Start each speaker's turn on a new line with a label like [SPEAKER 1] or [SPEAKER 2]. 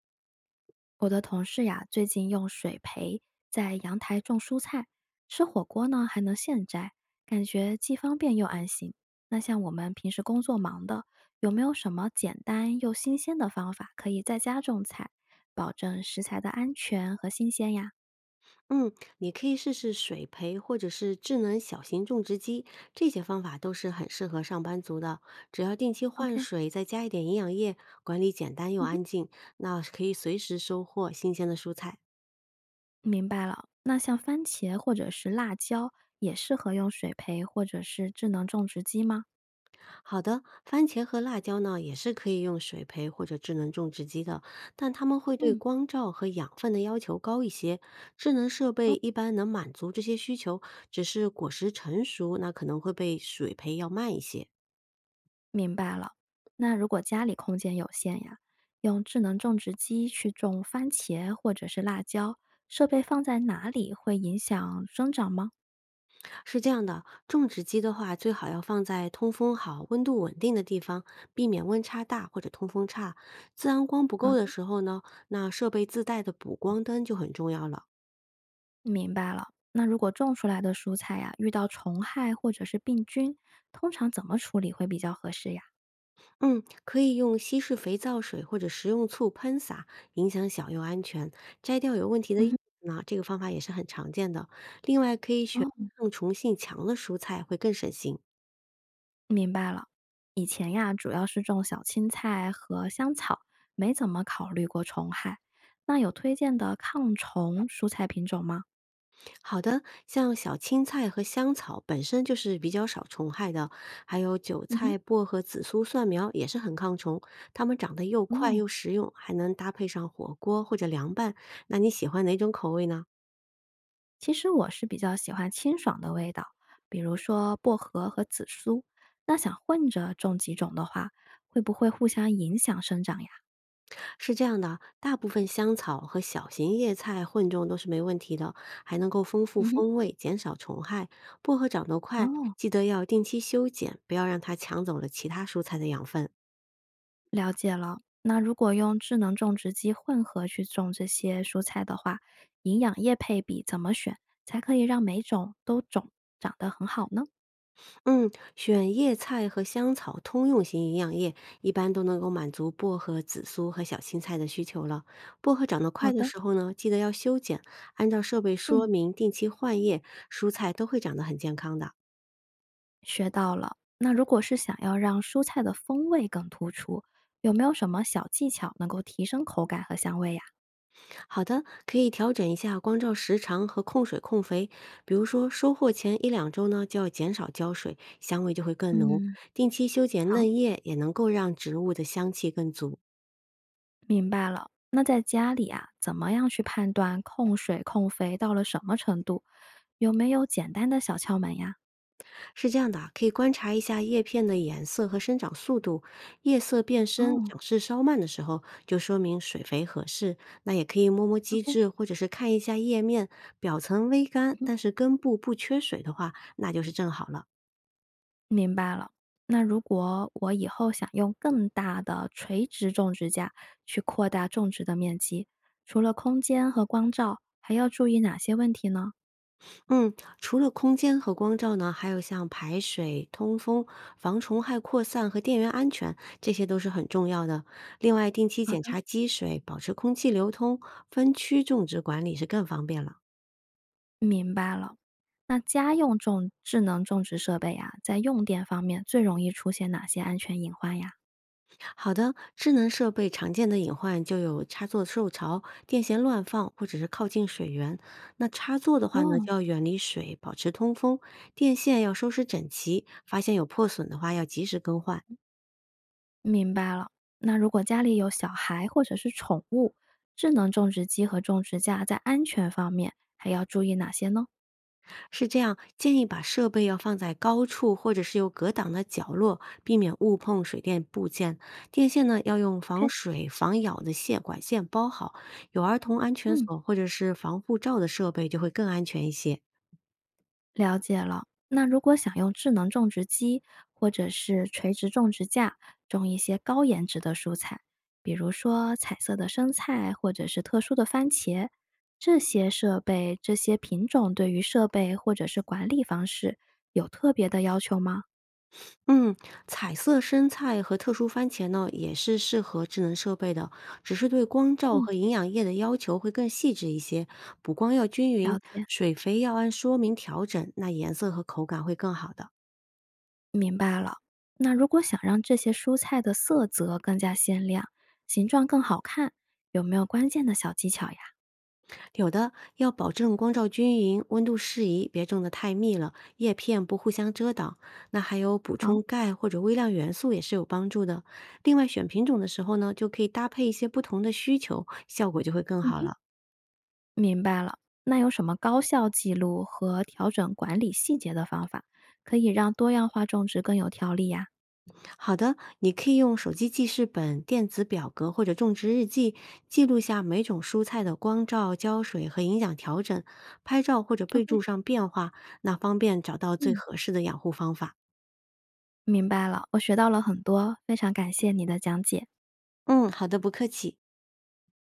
[SPEAKER 1] 我的同事呀，最近用水培在阳台种蔬菜，吃火锅呢还能现摘，感觉既方便又安心。那像我们平时工作忙的，有没有什么简单又新鲜的方法可以在家种菜，保证食材的安全和新鲜呀
[SPEAKER 2] 嗯，你可以试试水培或者是智能小型种植机，这些方法都是很适合上班族的。只要定期换
[SPEAKER 1] ？OK，
[SPEAKER 2] 水，再加一点营养液，管理简单又
[SPEAKER 1] 嗯哼，
[SPEAKER 2] 安静，那可以随时收获新鲜的蔬菜。
[SPEAKER 1] 明白了。那像番茄或者是辣椒，也适合用水培或者是智能种植机吗？
[SPEAKER 2] 好的，番茄和辣椒呢，也是可以用水培或者智能种植机的，但它们会对
[SPEAKER 1] 嗯，
[SPEAKER 2] 光照和养分的要求高一些。智能设备一般能满足这些需求，只是果实成熟，那可能会被水培要慢一些。
[SPEAKER 1] 明白了。那如果家里空间有限呀，用智能种植机去种番茄或者是辣椒，设备放在哪里会影响生长吗？
[SPEAKER 2] 是这样的，种植机的话，最好要放在通风好、温度稳定的地方，避免温差大或者通风差。自然光不
[SPEAKER 1] 好
[SPEAKER 2] 够的
[SPEAKER 1] 的，
[SPEAKER 2] 时候呢，那设备自带的补光灯就很重要了。
[SPEAKER 1] 明白了。那如果种出来的蔬菜呀，遇到虫害或者是病菌，通常怎么处理会比较合适呀？
[SPEAKER 2] 嗯，可以用稀释肥皂水或者食用醋喷洒，影响小又安全。摘掉有问题的
[SPEAKER 1] 嗯
[SPEAKER 2] 叶
[SPEAKER 1] 哼，
[SPEAKER 2] 子呢，这个方法也是很常见的。另外，可以选
[SPEAKER 1] 哦，
[SPEAKER 2] 抗虫性强的蔬菜，会更省心。
[SPEAKER 1] 明白了。以前呀，主要是种小青菜和香草，没怎么考虑过虫害。那有推荐的抗虫蔬菜品种吗？
[SPEAKER 2] 好的，像小青菜和香草本身就是比较少虫害的，还有韭
[SPEAKER 1] 嗯哼。
[SPEAKER 2] 菜、薄荷、紫苏、蒜苗也是很抗虫，它们长得又快
[SPEAKER 1] 哦，
[SPEAKER 2] 又实用，还能搭配上火锅或者凉拌。那你喜欢哪种口味呢？
[SPEAKER 1] 其实我是比较喜欢清爽的味道，比如说薄荷和紫苏。那想混着种几种的话，会不会互相影响生长呀？
[SPEAKER 2] 是这样的，大部分香草和小型叶菜混种都是没问题的，还能够丰富
[SPEAKER 1] 嗯哼，
[SPEAKER 2] 风味，减少虫害。薄荷长得快，
[SPEAKER 1] 哦，
[SPEAKER 2] 记得要定期修剪，不要让它抢走了其他蔬菜的养分。
[SPEAKER 1] 了解了。那如果用智能种植机混合去种这些蔬菜的话，营养液配比怎么选才可以让每种都种长得很好呢？
[SPEAKER 2] 嗯，选叶菜和香草通用型营养液，一般都能够满足薄荷、紫苏和小青菜的需求了。薄荷长得
[SPEAKER 1] 好
[SPEAKER 2] 快的
[SPEAKER 1] 的，
[SPEAKER 2] 时候呢，记得要修剪，按照设备说
[SPEAKER 1] 嗯，
[SPEAKER 2] 明定期换叶，蔬菜都会长得很健康的。
[SPEAKER 1] 学到了。那如果是想要让蔬菜的风味更突出，有没有什么小技巧能够提升口感和香味呀？
[SPEAKER 2] 好的，可以调整一下光照时长和控水控肥，比如说收获前1~2周呢，就要减少浇水，香味就会更浓。
[SPEAKER 1] 嗯。
[SPEAKER 2] 定期修剪
[SPEAKER 1] 好，
[SPEAKER 2] 嫩叶也能够让植物的香气更足。
[SPEAKER 1] 明白了。那在家里啊，怎么样去判断控水控肥到了什么程度？有没有简单的小窍门呀？
[SPEAKER 2] 是这样的啊，可以观察一下叶片的颜色和生长速度。叶色变深、
[SPEAKER 1] 哦
[SPEAKER 2] 长势稍慢的时候，就说明水肥合适。那也可以摸摸基
[SPEAKER 1] ，OK，
[SPEAKER 2] 质，或者是看一下叶面表层微
[SPEAKER 1] 嗯
[SPEAKER 2] 干，
[SPEAKER 1] 哼，
[SPEAKER 2] 但是根部不缺水的话，那就是正好了。
[SPEAKER 1] 明白了。那如果我以后想用更大的垂直种植架去扩大种植的面积，除了空间和光照，还要注意哪些问题呢？
[SPEAKER 2] 嗯，除了空间和光照呢，还有像排水、通风、防虫害扩散和电源安全，这些都是很重要的。另外，定期
[SPEAKER 1] 好的，
[SPEAKER 2] 检查积水，保持空气流通，分区种植管理是更方便了。
[SPEAKER 1] 明白了。那家用种智能种植设备啊，在用电方面最容易出现哪些安全隐患呀？
[SPEAKER 2] 好的，智能设备常见的隐患就有插座受潮、电线乱放，或者是靠近水源。那插座的话呢，
[SPEAKER 1] 哦，
[SPEAKER 2] 就要远离水，保持通风；电线要收拾整齐，发现有破损的话要及时更换。
[SPEAKER 1] 明白了。那如果家里有小孩或者是宠物，智能种植机和种植架在安全方面还要注意哪些呢
[SPEAKER 2] 是这样，建议把设备要放在高处或者是有隔挡的角落，避免误碰水电部件。电线呢，要用防
[SPEAKER 1] ？OK，
[SPEAKER 2] 水、防咬的线管线包好。有儿童安全
[SPEAKER 1] 嗯，
[SPEAKER 2] 锁或者是防护罩的设备就会更安全一些。
[SPEAKER 1] 了解了。那如果想用智能种植机或者是垂直种植架种一些高颜值的蔬菜，比如说彩色的生菜或者是特殊的番茄，这些设备、这些品种对于设备或者是管理方式有特别的要求吗？
[SPEAKER 2] 嗯，彩色生菜和特殊番茄呢，也是适合智能设备的，只是对光照
[SPEAKER 1] 嗯，
[SPEAKER 2] 和营养液的要求会更细致一些，补光要均
[SPEAKER 1] 了
[SPEAKER 2] 匀，
[SPEAKER 1] 解。
[SPEAKER 2] 水肥要按说明调整，那颜色和口感会更好的。
[SPEAKER 1] 明白了。那如果想让这些蔬菜的色泽更加鲜亮，形状更好看，有没有关键的小技巧呀？
[SPEAKER 2] 有的要保证光照均匀，温度适宜，别种得太密了，叶片不互相遮挡。那还有补
[SPEAKER 1] 好，
[SPEAKER 2] 充钙或者微量元素也是有帮助的。另外选品种的时候呢，就可以搭配一些不同的需求，效果就会更
[SPEAKER 1] 嗯
[SPEAKER 2] 好
[SPEAKER 1] 哼，
[SPEAKER 2] 了。
[SPEAKER 1] 明白了。那有什么高效记录和调整管理细节的方法，可以让多样化种植更有条理呀？
[SPEAKER 2] 好的，你可以用手机记事本、电子表格或者种植日记，记录下每种蔬菜的光照、浇水和营养调整，拍照或者备
[SPEAKER 1] ，OK，
[SPEAKER 2] 注上变化，那方便找到最
[SPEAKER 1] 嗯。
[SPEAKER 2] 合适的养护方法。
[SPEAKER 1] 明白了，我学到了很多，非常感谢你的讲解。
[SPEAKER 2] 嗯，好的，不客气。